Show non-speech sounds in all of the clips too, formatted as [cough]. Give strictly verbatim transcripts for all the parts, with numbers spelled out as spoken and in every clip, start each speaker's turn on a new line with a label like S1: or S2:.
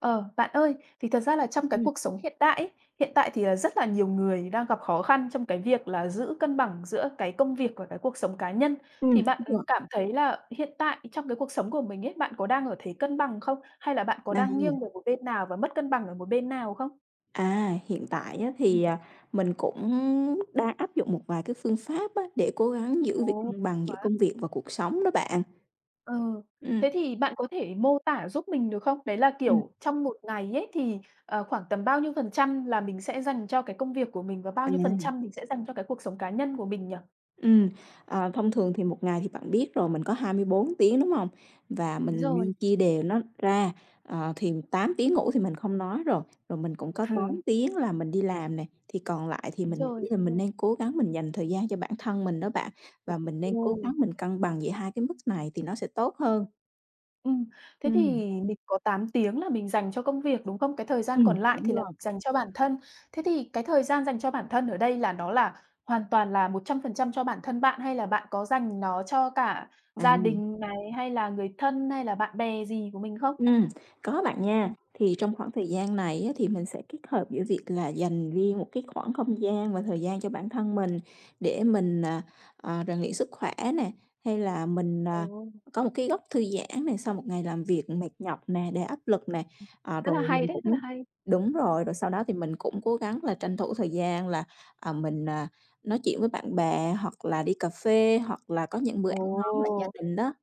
S1: Ờ, bạn ơi, thì thật ra là trong cái
S2: Ừm,
S1: cuộc sống hiện tại ấy, hiện tại thì là rất là nhiều người đang gặp khó khăn trong cái việc là giữ cân bằng giữa cái công việc và cái cuộc sống cá nhân.
S2: ừm,
S1: Thì bạn
S2: đúng
S1: ừ,
S2: rồi.
S1: cảm thấy là hiện tại trong cái cuộc sống của mình ấy, bạn có đang ở thế cân bằng không? Hay là bạn có
S2: Đây,
S1: đang nghiêng về một bên nào và mất cân bằng ở một bên nào không?
S2: à, hiện tại á
S1: Ừm.
S2: thì, à, mình cũng đang áp dụng một vài cái phương pháp á để cố gắng giữ việc
S1: Ồ,
S2: cân bằng giữa
S1: quá.
S2: công việc và cuộc sống đó bạn.
S1: Ừ.
S2: Ừm.
S1: Thế thì bạn có thể mô tả giúp mình được không? Đấy là,
S2: Ừm.
S1: kiểu, trong một ngày ấy thì, ờ, khoảng tầm bao nhiêu phần trăm là mình sẽ dành cho cái công việc của mình và bao nhiêu phần
S2: À.
S1: trăm mình sẽ dành cho cái cuộc sống cá nhân của mình nhỉ?
S2: Ừ, à, thông thường thì một ngày thì bạn biết rồi mình có hai mươi bốn tiếng, đúng không? Và
S1: Đúng
S2: mình nên
S1: rồi,
S2: chia đều nó ra, ờ, thì tám tiếng ngủ thì mình không nói rồi, rồi mình cũng có
S1: ừ,
S2: tám tiếng là mình đi làm này, thì còn lại thì
S1: đúng
S2: mình
S1: rồi,
S2: nghĩ là
S1: đúng
S2: mình
S1: rồi.
S2: nên cố gắng mình dành thời gian cho bản thân mình đó bạn, và mình nên cố
S1: Ồ.
S2: gắng mình cân bằng giữa hai cái mức này thì nó sẽ tốt hơn.
S1: ừm, thế
S2: Ừ,
S1: thì mình có tám tiếng là mình dành cho công việc, đúng không? Cái thời gian
S2: ừm,
S1: còn lại thì
S2: đúng
S1: là
S2: rồi.
S1: dành cho bản thân. Thế thì cái thời gian dành cho bản thân ở đây là nó là hoàn toàn là một trăm phần trăm cho bản thân bạn hay là bạn có dành nó cho cả
S2: À.
S1: gia đình này, hay là người thân, hay là bạn bè gì của mình không?
S2: Ừm, có bạn nha.
S1: Ừm.
S2: Thì trong khoảng thời gian này á, thì mình sẽ kết hợp giữa việc là dành riêng một cái khoảng không gian và thời gian cho bản thân mình để mình, à, à, rèn luyện sức khỏe nè, hay là mình,
S1: ồ,
S2: à, có một cái góc thư giãn này sau một ngày làm việc mệt nhọc nè, đầy áp lực nè. À,
S1: rất
S2: rồi
S1: là hay
S2: mình
S1: đấy, rất là
S2: cũng
S1: hay.
S2: đúng rồi, rồi sau đó thì mình cũng cố gắng là tranh thủ thời gian là, à, mình, à, nói chuyện với bạn bè hoặc là đi cà phê, hoặc là có những bữa
S1: Ồ!
S2: ăn ngon lại gia đình đó.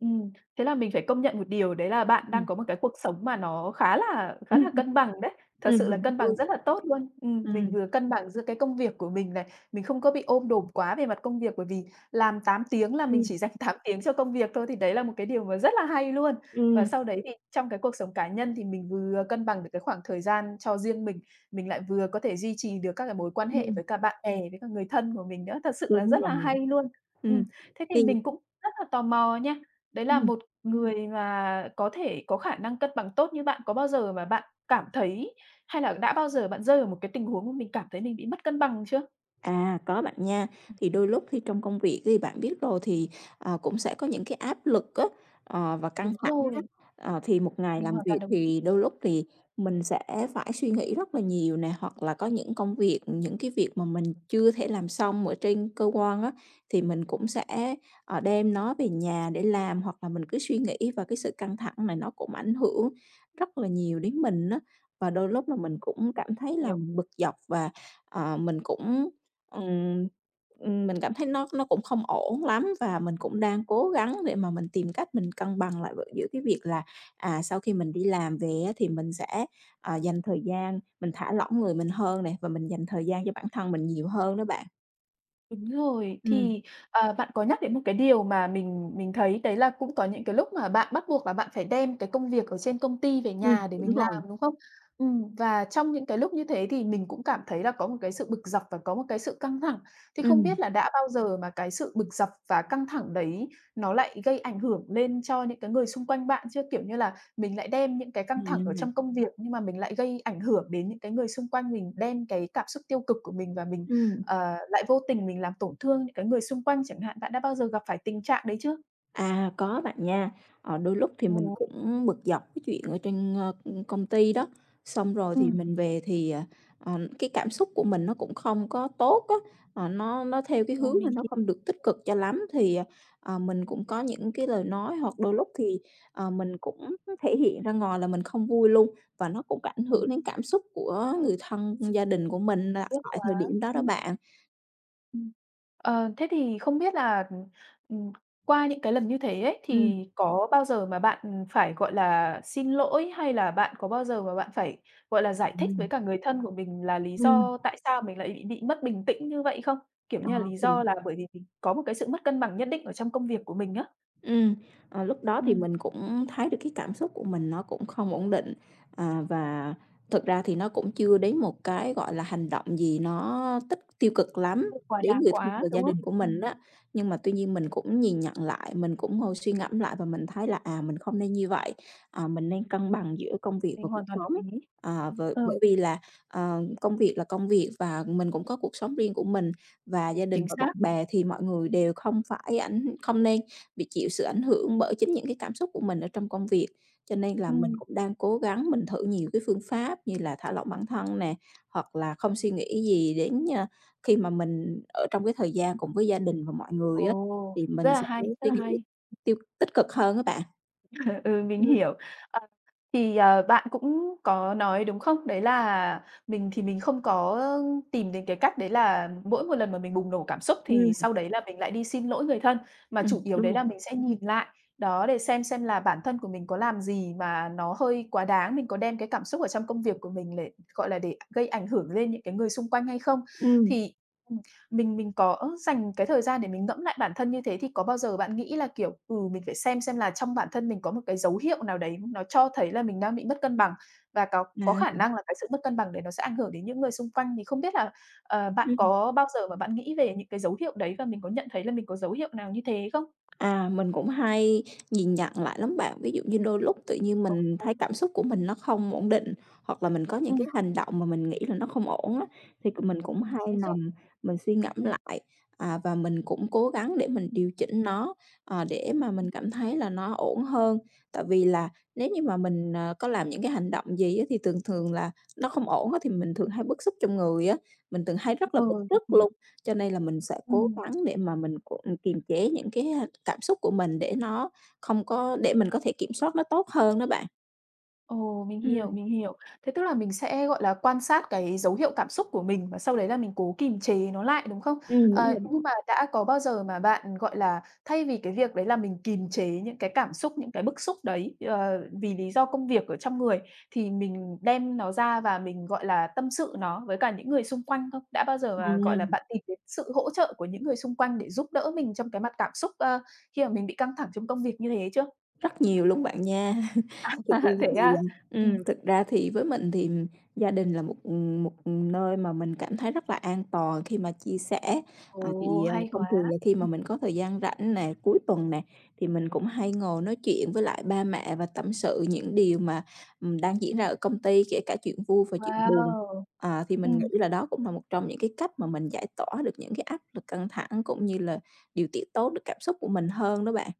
S1: Ừm, thế là mình phải công nhận một điều đấy là bạn
S2: Ừm,
S1: đang có một cái cuộc sống mà nó khá là khá là
S2: ừm,
S1: cân bằng đấy, thật
S2: ừm,
S1: sự là
S2: mình hông
S1: cân
S2: ưa
S1: bằng rất là
S2: á.
S1: tốt luôn. Ừm, mình vừa cân bằng giữa cái công việc của mình này, mình không có bị ôm đồm quá về mặt công việc, bởi vì làm tám tiếng là mình chỉ dành [laughs] tám tiếng cho công việc thôi, thì đấy là một cái điều mà rất là hay luôn. Và
S2: Ừm,
S1: sau đấy thì trong cái cuộc sống cá nhân thì mình vừa cân bằng được cái khoảng thời gian cho riêng mình, mình lại vừa có thể duy trì được các cái mối quan hệ
S2: ừm,
S1: với cả bạn bè, với cả người thân của mình nữa, thật sự là
S2: đúng
S1: rất là
S2: rồi,
S1: hay luôn. Ừm,
S2: ừm.
S1: thế thì
S2: Thì
S1: mình cũng rất là tò mò nha. Đấy là
S2: ừm.
S1: một người mà có thể có khả năng cân bằng tốt như bạn, có bao giờ mà bạn cảm thấy hay là đã bao giờ bạn rơi vào một cái tình huống mà mình cảm thấy mình bị mất cân bằng chưa?
S2: À, có bạn nha. Thì đôi lúc khi trong công việc thì bạn biết rồi thì, à, cũng sẽ có những cái áp lực á, ờ, và căng
S1: Đúng
S2: Ờ. thẳng á.
S1: rồi,
S2: Ờ, thì một ngày
S1: mình
S2: làm
S1: hoàn toàn
S2: việc
S1: đồng ý.
S2: thì đôi lúc thì mình sẽ phải suy nghĩ rất là nhiều nè, hoặc là có những công việc, những cái việc mà mình chưa thể làm xong ở trên cơ quan á, thì mình
S1: Ờ,
S2: cũng
S1: mình
S2: sẽ, ờ, đem nó về nhà để làm, hoặc là mình cứ suy nghĩ và cái sự căng thẳng này nó cũng ảnh hưởng rất là nhiều đến mình á. Và đôi lúc là mình cũng cảm thấy là
S1: hiểu.
S2: bực dọc và, ờ, mình cũng Ừm, ừm, mình cảm thấy nó nó cũng không ổn lắm và mình cũng đang cố gắng để mà mình tìm cách mình cân bằng lại giữa cái việc là, à, sau khi mình đi làm về á thì mình sẽ, à, dành thời gian mình thả lỏng người mình hơn này và mình dành thời gian cho bản thân mình nhiều hơn đó bạn.
S1: Đúng rồi,
S2: Ừ
S1: thì, à, bạn có nhắc đến một cái điều mà mình mình thấy đấy là cũng có những cái lúc mà bạn bắt buộc là bạn phải đem cái công việc ở trên công ty về
S2: ừm,
S1: nhà để
S2: đúng
S1: mình làm,
S2: rồi.
S1: đúng không? Ừm, và trong những cái lúc như thế thì mình cũng cảm thấy là có một cái sự bực dọc và có một cái sự căng thẳng. Thì
S2: Ừ.
S1: không biết là đã bao giờ mà cái sự bực dọc và căng thẳng đấy nó lại gây ảnh hưởng lên cho những cái người xung quanh bạn chưa? Kiểu như là, mình lại đem những cái căng
S2: Ừ.
S1: thẳng ở trong công việc nhưng mà mình lại gây ảnh hưởng đến những cái người xung quanh mình, đem cái cảm xúc tiêu cực của mình và mình
S2: Ừm.
S1: ờ, lại vô tình mình làm tổn thương những cái người xung quanh chẳng hạn. Bạn đã bao giờ gặp phải tình trạng đấy chưa?
S2: À, có bạn nha. Ờ, đôi lúc thì mình
S1: Ồ.
S2: cũng bực dọc cái chuyện ở trên, ơ, công ty đó, xong rồi thì
S1: Ừm.
S2: mình về thì, ờ, ờ, cái cảm xúc của mình nó cũng không có tốt á, ờ, nó nó theo cái
S1: Ôi,
S2: hướng là
S1: mình
S2: nó
S1: hiểu,
S2: không được tích cực cho lắm. Thì, ờ, ờ, mình cũng có những cái lời nói hoặc đôi lúc thì, ờ, mình cũng thể hiện ra ngoài là mình không vui luôn, và nó cũng ảnh
S1: ừm,
S2: hưởng đến cảm xúc của người thân, gia đình của mình là
S1: tiếc
S2: tại
S1: quá.
S2: thời điểm đó đó
S1: Ừm.
S2: bạn.
S1: Ừm. Ờ, thế thì không biết là, ừm, qua những cái lần như thế ấy,
S2: Ừ.
S1: thì có bao giờ mà bạn, ừm, phải, gọi là, xin lỗi hay là bạn có bao giờ mà bạn phải, gọi là,
S2: Ừm,
S1: giải thích với
S2: ừm.
S1: cả người thân của mình là lý do tại sao mình lại bị bị mất bình tĩnh như vậy không? Kiểu
S2: ờ,
S1: như là, lý
S2: thì
S1: do là bởi vì mình có một cái sự mất cân bằng nhất định ở trong công việc của mình á.
S2: Ừm, ờ, lúc đó thì
S1: Ừm,
S2: mình cũng thấy được cái cảm xúc của mình nó cũng không ổn định, à, và thực ra thì nó cũng chưa đến một cái, gọi là, hành động gì nó tích tiêu cực lắm
S1: hơi quá
S2: đến
S1: đáng
S2: người thân
S1: quá,
S2: và
S1: đúng
S2: gia đình
S1: không?
S2: của mình
S1: Ừm.
S2: đó. Nhưng mà tuy nhiên mình cũng nhìn nhận lại, mình cũng ngồi suy ngẫm lại và mình thấy là, à, mình không nên như vậy, à, mình nên cân bằng giữa công việc
S1: Mình
S2: và cuộc
S1: hoàn toàn đồng
S2: sống.
S1: ý.
S2: À, v
S1: Ừ,
S2: bởi vì là, ờ, công việc là công việc và mình cũng có cuộc sống riêng của mình, và gia đình
S1: chính
S2: và bạn
S1: xác.
S2: bè thì mọi người đều không phải ảnh không nên bị chịu sự ảnh hưởng bởi chính những cái cảm xúc của mình ở trong công việc. Cho nên là mình
S1: Ừm.
S2: cũng đang cố gắng mình thử nhiều cái phương pháp như là thả lỏng bản thân nè, hoặc là không suy nghĩ gì đến, ơ, khi mà mình ở trong cái thời gian cùng với gia đình và mọi người á,
S1: Ồ,
S2: thì
S1: rất
S2: mình
S1: là
S2: sẽ
S1: hay, rất
S2: suy
S1: là
S2: nghĩ
S1: hay.
S2: tiêu tích cực hơn các bạn.
S1: [laughs] Ừ, mình
S2: Ừm,
S1: hiểu. Ờ, thì, ờ, bạn cũng có nói, đúng không? Đấy là mình thì mình không có tìm đến cái cách đấy là mỗi một lần mà mình bùng nổ cảm xúc thì
S2: ừm,
S1: sau đấy là mình lại đi xin lỗi người thân, mà chủ
S2: Ừm.
S1: yếu
S2: Đúng
S1: đấy
S2: rồi,
S1: là mình sẽ nhìn lại, đó, để xem xem là bản thân của mình có làm gì mà nó hơi quá đáng, mình có đem cái cảm xúc ở trong công việc của mình để, gọi là, để gây ảnh hưởng lên những cái người xung quanh hay không.
S2: ừm.
S1: Thì Mình mình có dành cái thời gian để mình ngẫm lại bản thân như thế thì có bao giờ bạn nghĩ là, kiểu, ừ, mình phải xem xem là trong bản thân mình có một cái dấu hiệu nào đấy nó cho thấy là mình đang bị mất cân bằng và có có
S2: À,
S1: khả năng là cái sự mất cân bằng đấy nó sẽ ảnh hưởng đến những người xung quanh, thì không biết là, ờ, bạn
S2: ừm.
S1: có bao giờ mà bạn nghĩ về những cái dấu hiệu đấy và mình có nhận thấy là mình có dấu hiệu nào như thế không?
S2: À, mình cũng hay nhìn nhận lại lắm bạn. Ví dụ như đôi lúc tự nhiên
S1: Ồ,
S2: mình thấy cảm xúc của mình nó không ổn định, hoặc là mình có những
S1: ừm,
S2: cái hành động mà mình nghĩ là nó không ổn á, thì c mình cũng
S1: ừm,
S2: hay
S1: ví dụ,
S2: nằm mình suy ngẫm
S1: ừm,
S2: lại, à, và mình cũng cố gắng để mình điều chỉnh nó, ờ, để mà
S1: ừm,
S2: mình cảm thấy là nó ổn hơn. Tại vì là nếu như mà mình, ờ, có làm những cái hành động gì á, thì thường thường là nó không ổn á, thì mình thường hay bức xúc trong người á, mình thường hay rất là
S1: ừ,
S2: bức rứt
S1: kiểu,
S2: luôn. Cho nên là mình sẽ cố
S1: ừm.
S2: gắng để mà mình c ừ, kiềm chế những cái, cảm xúc của mình để nó không có để mình có thể kiểm soát nó tốt hơn đó bạn.
S1: Ồ, mình hiểu,
S2: Ừm.
S1: mình hiểu. Thế tức là mình sẽ, gọi là, quan sát cái dấu hiệu cảm xúc của mình và sau đấy là mình cố kiềm chế nó lại, đúng không?
S2: Ừm, đúng rồi
S1: Ờ, nhưng
S2: bạn.
S1: mà đã có bao giờ mà bạn, gọi là, thay vì cái việc đấy là mình kiềm chế những cái cảm xúc, những cái bức xúc đấy, ờ, vì lý do công việc ở trong người thì mình đem nó ra và mình, gọi là, tâm sự nó với cả những người xung quanh không? Đã bao giờ mà, gọi là,
S2: À.
S1: bạn tìm đến sự hỗ trợ của những người xung quanh để giúp đỡ mình trong cái mặt cảm xúc, ơ, khi mà mình bị căng thẳng trong công việc như thế chưa?
S2: Rất nhiều luôn bạn nha. [laughs]
S1: [laughs]
S2: Thực ra
S1: À, thế
S2: thì,
S1: à?
S2: à
S1: Ừm.
S2: thực ra thì với mình thì gia đình là một, một nơi mà mình cảm thấy rất là an toàn khi mà chia sẻ. Ờ,
S1: Ồ,
S2: thì, ờ,
S1: hay
S2: thông
S1: quá!
S2: thường là khi mà
S1: Ừm,
S2: mình có thời gian rảnh nè, cuối tuần nè, thì mình cũng hay ngồi nói chuyện với lại ba mẹ và tâm sự những điều mà, ừm, đang diễn ra ở công ty, kể cả chuyện vui và chuyện buồn.
S1: wow!
S2: À, thì mình nghĩ
S1: Ừm,
S2: là đó cũng là một trong những cái cách mà mình giải tỏa được những cái áp lực căng thẳng, cũng như là điều tiết tốt được cảm xúc của mình hơn đó bạn.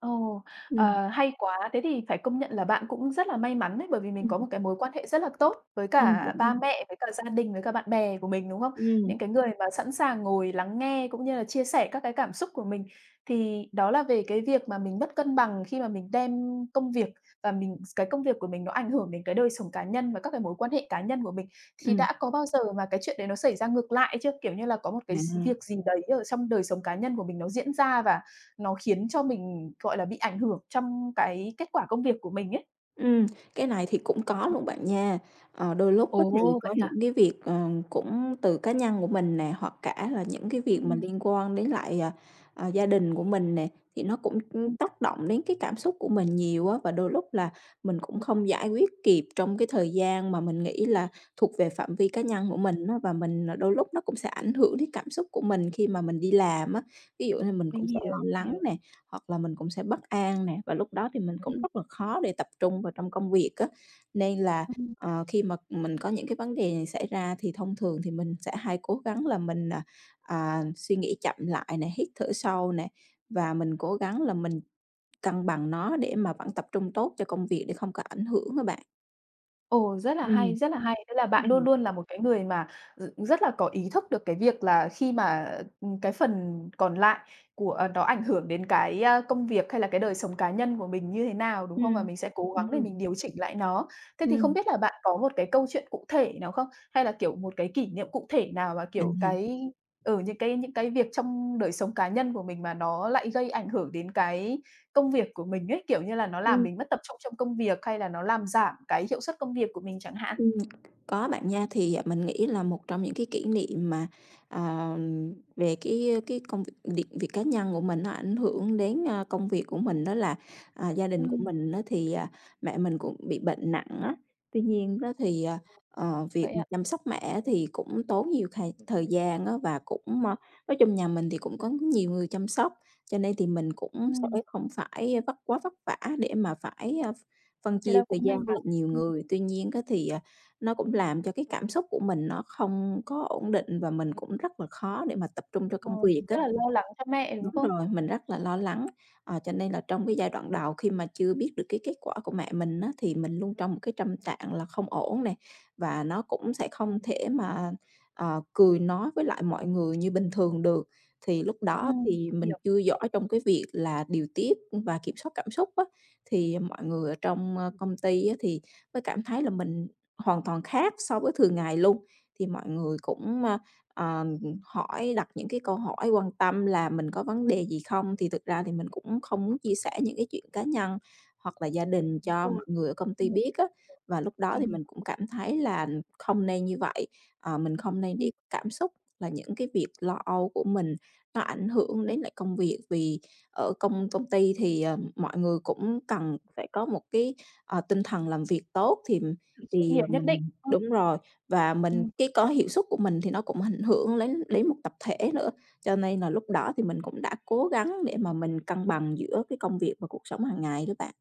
S1: ồ,
S2: Ừm.
S1: ờ, hay quá! Thế thì phải công nhận là bạn cũng rất là may mắn đấy, bởi vì mình có một cái mối quan hệ rất là tốt với
S2: Ừm,
S1: cả
S2: đúng rồi.
S1: ba mẹ, với cả gia đình, với cả bạn bè của mình, đúng không?
S2: Ừm,
S1: Những cái người mà sẵn sàng ngồi lắng nghe cũng như là chia sẻ các cái cảm xúc của mình. Thì đó là về cái việc mà mình mất cân bằng khi mà mình đem công việc và mình cái công việc của mình nó ảnh hưởng đến cái đời sống cá nhân và các cái mối quan hệ cá nhân của mình. Thì
S2: ừm.
S1: đã có bao giờ mà cái chuyện đấy nó xảy ra ngược lại chưa? Kiểu như là, có một cái s
S2: À,
S1: việc gì đấy ở trong đời sống cá nhân của mình nó diễn ra và nó khiến cho mình, gọi là, bị ảnh hưởng trong cái kết quả công việc của mình ấy.
S2: ừm, cái này thì cũng có luôn bạn nha. Ờ, đôi lúc á thì
S1: Ồ,
S2: có
S1: vậy hả?
S2: những cái việc, ờ, cũng từ cá nhân của mình nè, hoặc cả là những cái việc mà
S1: Ừm,
S2: liên quan đến lại, à, à, gia đình của mình nè, thì nó cũng, ưm,
S1: ừm,
S2: tác động đến cái cảm xúc của mình nhiều á. Và đôi lúc là mình cũng không giải quyết kịp trong cái thời gian mà mình nghĩ là thuộc về phạm vi cá nhân của mình á, và mình, à, đôi lúc nó cũng sẽ ảnh hưởng đến cảm xúc của mình khi mà mình đi làm á. Ví dụ như mình
S1: mình
S2: cũng sẽ lo
S1: hiểu,
S2: lắng
S1: hiểu.
S2: nè, hoặc là mình cũng sẽ bất an nè, và lúc đó thì mình cũng
S1: Ừm,
S2: rất là khó để tập trung vào trong công việc á. Nên là,
S1: ừm.
S2: ờ, khi mà mình có những cái vấn đề này xảy ra thì thông thường thì mình sẽ hay cố gắng là mình, à, à, suy nghĩ chậm lại nè, hít thở sâu nè, và mình cố gắng là mình cân bằng nó để mà vẫn tập trung tốt cho công việc để không có ảnh hưởng các bạn.
S1: Ồ, rất là
S2: Ừm,
S1: hay, rất là hay. Tức là bạn
S2: ừm,
S1: luôn
S2: Ừm.
S1: luôn là một cái người mà r rất là có ý thức được cái việc là khi mà, ừm, cái phần còn lại của ờ, nó ảnh hưởng đến cái, a, công việc hay là cái đời sống cá nhân của mình như thế nào, đúng không? Và mình sẽ cố gắng
S2: Ừm,
S1: để
S2: ừm.
S1: mình điều chỉnh lại nó. Thế thì không biết là bạn có một cái câu chuyện cụ thể nào không? Hay là, kiểu, một cái kỷ niệm cụ thể nào mà,
S2: À
S1: kiểu,
S2: ha.
S1: cái ở những cái những cái việc trong đời sống cá nhân của mình mà nó lại gây ảnh hưởng đến cái công việc của mình ấy, kiểu như là, nó làm mình mất tập trung trong công việc hay là nó làm giảm cái hiệu suất công việc của mình chẳng hạn.
S2: Ừm, có bạn nha. Thì, à, mình nghĩ là một trong những cái kỷ niệm mà, ờ, về cái cái công việc việc việc cá nhân của mình nó ảnh hưởng đến, a, công việc của mình đó là, à, gia đình của
S1: Ừm,
S2: mình đó thì, à, mẹ mình cũng bị bệnh nặng á. Tuy nhiên đó thì, à, ờ, việc
S1: vậy
S2: mà
S1: ạ?
S2: chăm sóc mẹ thì cũng tốn nhiều thời thời gian á và cũng, a nói chung nhà mình thì cũng có nhiều người chăm sóc, cho nên thì mình cũng sẽ
S1: Ừm,
S2: không phải vất quá vất vả để mà phải, a, phân
S1: thế
S2: chia
S1: là
S2: thời
S1: cũng may
S2: gian với
S1: mắn.
S2: lại nhiều
S1: Ừm,
S2: người. Tuy nhiên cái thì, à, nó cũng làm cho cái cảm xúc của mình nó không có ổn định và mình cũng rất là khó để mà tập trung cho
S1: Ờ,
S2: công việc
S1: mình
S2: á.
S1: rất là lo lắng cho mẹ, đúng
S2: Đúng
S1: không?
S2: rồi, mình rất là lo lắng, ờ, cho nên là trong cái giai đoạn đầu khi mà chưa biết được cái kết quả của mẹ mình á, thì mình luôn trong một cái tâm trạng là không ổn này và nó cũng sẽ không thể mà, ờ, cười nói với lại mọi người như bình thường được. Thì lúc đó
S1: Ừm, mình
S2: thì mình
S1: Hiểu.
S2: chưa giỏi trong cái việc là điều tiết và kiểm soát cảm xúc á, thì mọi người ở trong, ơ, công ty á, thì mới cảm thấy là mình hoàn toàn khác so với thường ngày luôn. Thì mọi người cũng, ờ hỏi, đặt những cái câu hỏi quan tâm là mình có vấn đề gì không, thì thực ra thì mình cũng không muốn chia sẻ những cái chuyện cá nhân hoặc là gia đình
S1: Đúng
S2: cho
S1: rồi.
S2: mọi người ở công ty
S1: Ừm,
S2: biết á. Và lúc đó
S1: mình
S2: thì
S1: hiểu.
S2: mình cũng cảm thấy là không nên như vậy, ờ, mình không nên
S1: Ừm.
S2: để cảm xúc là những cái việc lo âu của mình nó ảnh hưởng đến lại công việc. Vì ở công công ty thì, ờ, mọi người cũng cần phải có một cái, ờ, tinh thần làm việc tốt thì
S1: Sự chuyên
S2: thì,
S1: nghiệp
S2: ờ,
S1: nhất
S2: mình
S1: định. Ơ.
S2: đúng rồi. Và mình
S1: Ừm.
S2: cái có hiệu suất của mình thì nó cũng ảnh hưởng đến đến một tập thể nữa, cho nên là lúc đó thì mình cũng đã cố gắng để mà mình cân bằng giữa cái công việc và cuộc sống hàng ngày đó bạn.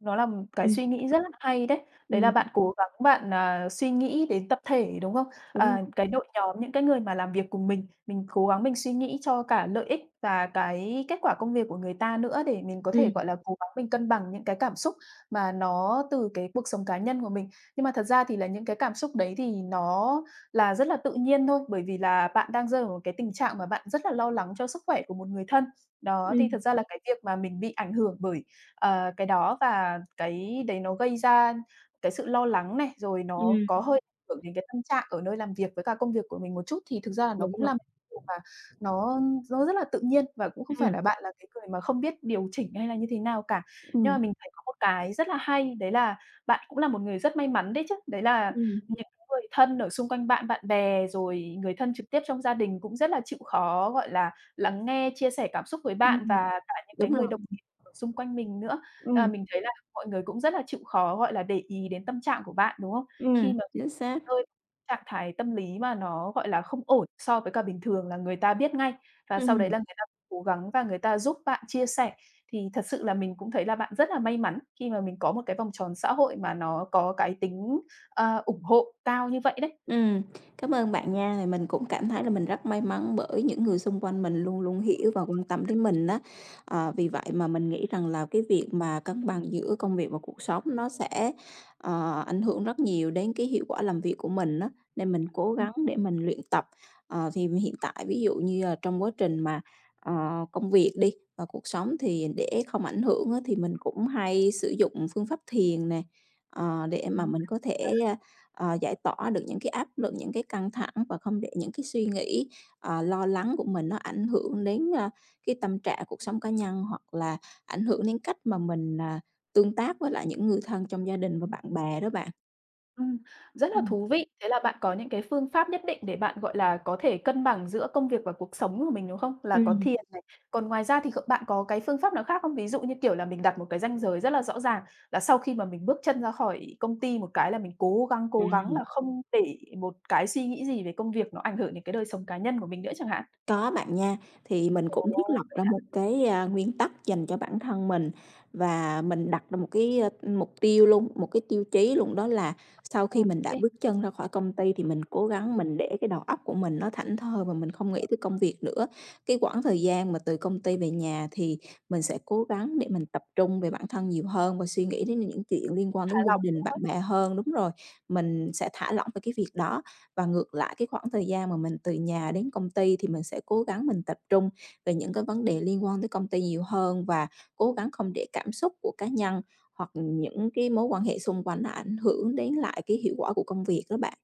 S1: Nó là một cái
S2: Ừm,
S1: suy nghĩ rất là hay đấy. Đấy là
S2: ừm,
S1: bạn cố gắng bạn, à, suy nghĩ đến tập thể, đúng không?
S2: đúng
S1: À,
S2: rồi.
S1: cái đội nhóm, những cái người mà làm việc cùng mình, mình cố gắng mình suy nghĩ cho cả lợi ích và cái kết quả công việc của người ta nữa để mình có thể,
S2: Ừm,
S1: gọi là, cố gắng mình cân bằng những cái cảm xúc mà nó từ cái cuộc sống cá nhân của mình. Nhưng mà thật ra thì là những cái cảm xúc đấy thì nó là rất là tự nhiên thôi, bởi vì là bạn đang rơi vào một cái tình trạng mà bạn rất là lo lắng cho sức khỏe của một người thân. Đó, thì
S2: ừm,
S1: thật ra là cái việc mà mình bị ảnh hưởng bởi Ờ, cái đó và cái đấy nó gây ra cái sự lo lắng này, rồi nó có
S2: ừm,
S1: hơi ảnh hưởng đến cái tâm trạng ở nơi làm việc với cả công việc của mình một chút, thì thực ra là nó
S2: đúng
S1: cũng là
S2: rồi.
S1: một điều mà nó nó rất là tự nhiên và cũng không phải
S2: Ừm,
S1: là bạn là cái người mà không biết điều chỉnh hay là như thế nào cả. Nhưng
S2: ừm,
S1: mà mình thấy có một cái rất là hay, đấy là bạn cũng là một người rất may mắn đấy chứ, đấy là
S2: ừm,
S1: những người thân ở xung quanh bạn, bạn bè, rồi người thân trực tiếp trong gia đình cũng rất là chịu khó, gọi là, lắng nghe, chia sẻ cảm xúc với bạn
S2: ừm,
S1: và cả những cái
S2: đúng
S1: người
S2: rồi.
S1: đồng xung quanh mình nữa. Ờ,
S2: Ừm,
S1: mình thấy là mọi người cũng rất là chịu khó, gọi là, để ý đến tâm trạng của bạn, đúng không? Khi
S2: ừm,
S1: mà
S2: chính xác.
S1: rơi trạng thái tâm lý mà nó, gọi là, không ổn so với cả bình thường là người ta biết ngay, và sau đấy
S2: Ừm.
S1: là người ta cố gắng và người ta giúp bạn chia sẻ. Thì thật sự là mình cũng thấy là bạn rất là may mắn khi mà mình có một cái vòng tròn xã hội mà nó có cái tính, ờ, ủng hộ cao như vậy đấy.
S2: Ừm, cảm ơn bạn nha, thì mình cũng cảm thấy là mình rất may mắn bởi những người xung quanh mình luôn luôn hiểu và quan tâm đến mình đó. Ờ, vì vậy mà mình nghĩ rằng là cái việc mà cân bằng giữa công việc và cuộc sống nó sẽ, ờ, ảnh hưởng rất nhiều đến cái hiệu quả làm việc của mình đó, nên mình cố gắng để mình luyện tập. Ờ, thì hiện tại ví dụ như là trong quá trình mà, ờ, công việc đi và cuộc sống thì để không ảnh hưởng á, thì mình cũng hay sử dụng phương pháp thiền nè, ờ, để mà
S1: Ừm.
S2: mình có thể, à, ờ, giải tỏa được những cái áp lực, những cái căng thẳng và không để những cái suy nghĩ, ờ, lo lắng của mình nó ảnh hưởng đến, a, cái tâm trạng cuộc sống cá nhân hoặc là ảnh hưởng đến cách mà mình, à, tương tác với lại những người thân trong gia đình và bạn bè đó bạn.
S1: Ừm, rất là
S2: Ừm.
S1: thú vị. Thế là bạn có những cái phương pháp nhất định để bạn, gọi là, có thể cân bằng giữa công việc và cuộc sống của mình, đúng không? Là có
S2: Ừm,
S1: thiền này, còn ngoài ra thì kh bạn có cái phương pháp nào khác không? Ví dụ như, kiểu là, mình đặt một cái ranh giới rất là rõ ràng là sau khi mà mình bước chân ra khỏi công ty một cái là mình cố gắng,
S2: à.
S1: cố gắng là không để một cái suy nghĩ gì về công việc nó ảnh hưởng đến cái đời sống cá nhân của mình nữa chẳng hạn.
S2: Có bạn nha, thì mình cũng thiết
S1: Ồ,
S2: lập
S1: vậy
S2: ra
S1: hả?
S2: một cái, a, nguyên tắc dành cho bản thân mình và mình đặt ra một cái, ơ, mục tiêu luôn, một cái tiêu chí luôn, đó là sau
S1: Ờ.
S2: khi
S1: Ô
S2: mình
S1: kê,
S2: đã bước chân ra khỏi công ty thì mình cố gắng mình để cái đầu óc của mình nó thảnh thơi và mình không nghĩ tới công việc nữa. Cái quãng thời gian mà từ công ty về nhà thì mình sẽ cố gắng để mình tập trung về bản thân nhiều hơn và suy nghĩ đến những chuyện liên quan
S1: khá
S2: đến
S1: là.
S2: gia đình, bạn bè hơn. Đúng rồi, mình sẽ thả lỏng về cái việc đó. Và ngược lại cái khoảng thời gian mà mình từ nhà đến công ty thì mình sẽ cố gắng mình tập trung về những cái vấn đề liên quan tới công ty nhiều hơn và cố gắng không để cảm xúc của cá nhân hoặc những cái mối quan hệ xung quanh nó ảnh hưởng đến lại cái hiệu quả của công việc đó bạn.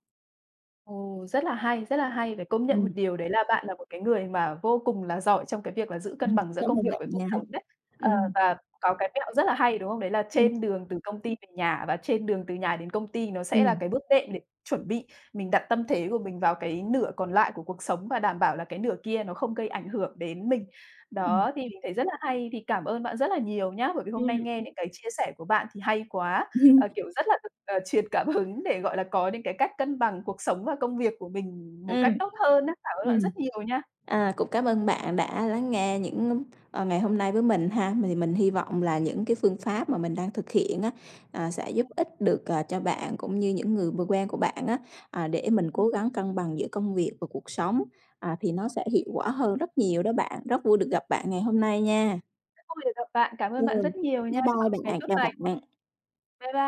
S1: Ồ, rất là hay, rất là hay. Phải công nhận một
S2: Ừm,
S1: điều đấy là bạn là một cái người mà vô cùng là giỏi trong cái việc là giữ cân
S2: ừm,
S1: bằng giữa
S2: cảm
S1: công
S2: ơn
S1: việc
S2: bạn
S1: với cuộc
S2: nha.
S1: sống đấy.
S2: Ừ,
S1: Ờ, và có cái mẹo rất là hay, đúng không? Đấy là
S2: ừ,
S1: trên đường từ công ty về nhà và trên đường từ nhà đến công ty nó sẽ
S2: ừ,
S1: là cái bước đệm để chuẩn bị mình đặt tâm thế của mình vào cái nửa còn lại của cuộc sống và đảm bảo là cái nửa kia nó không gây ảnh hưởng đến mình.
S2: ừ,
S1: Đó, thì mình thấy rất là hay, thì cảm ơn bạn rất là nhiều nhá, bởi vì
S2: ừ.
S1: hôm nay nghe những cái chia sẻ của bạn thì hay quá. Ờ, kiểu,
S2: [laughs]
S1: rất là ờ, truyền cảm hứng để, gọi là, có những cái cách cân bằng cuộc sống và công việc của mình một
S2: Ừ,
S1: cách tốt hơn á. Cảm ơn bạn
S2: ừm.
S1: rất nhiều nha.
S2: À, cũng cảm ơn bạn đã lắng nghe những ờ, ngày hôm nay với mình ha. Mình mình hy vọng là những cái phương pháp mà mình đang thực hiện á, à, sẽ giúp
S1: Ừm,
S2: ích được, ờ, cho bạn cũng như những người vừa quen của bạn á, à, để mình
S1: ừm,
S2: cố gắng cân bằng giữa công việc và cuộc sống, à, thì nó sẽ hiệu quả hơn rất nhiều đó bạn. Rất vui được gặp bạn ngày hôm nay nha.
S1: rất vui được gặp bạn. Cảm ơn
S2: Ừ.
S1: bạn rất nhiều nha.
S2: Bye
S1: Chúc bạn
S2: bye
S1: một ngày
S2: bạn,
S1: tốt
S2: chào
S1: lành.
S2: bạn.
S1: Bye bye.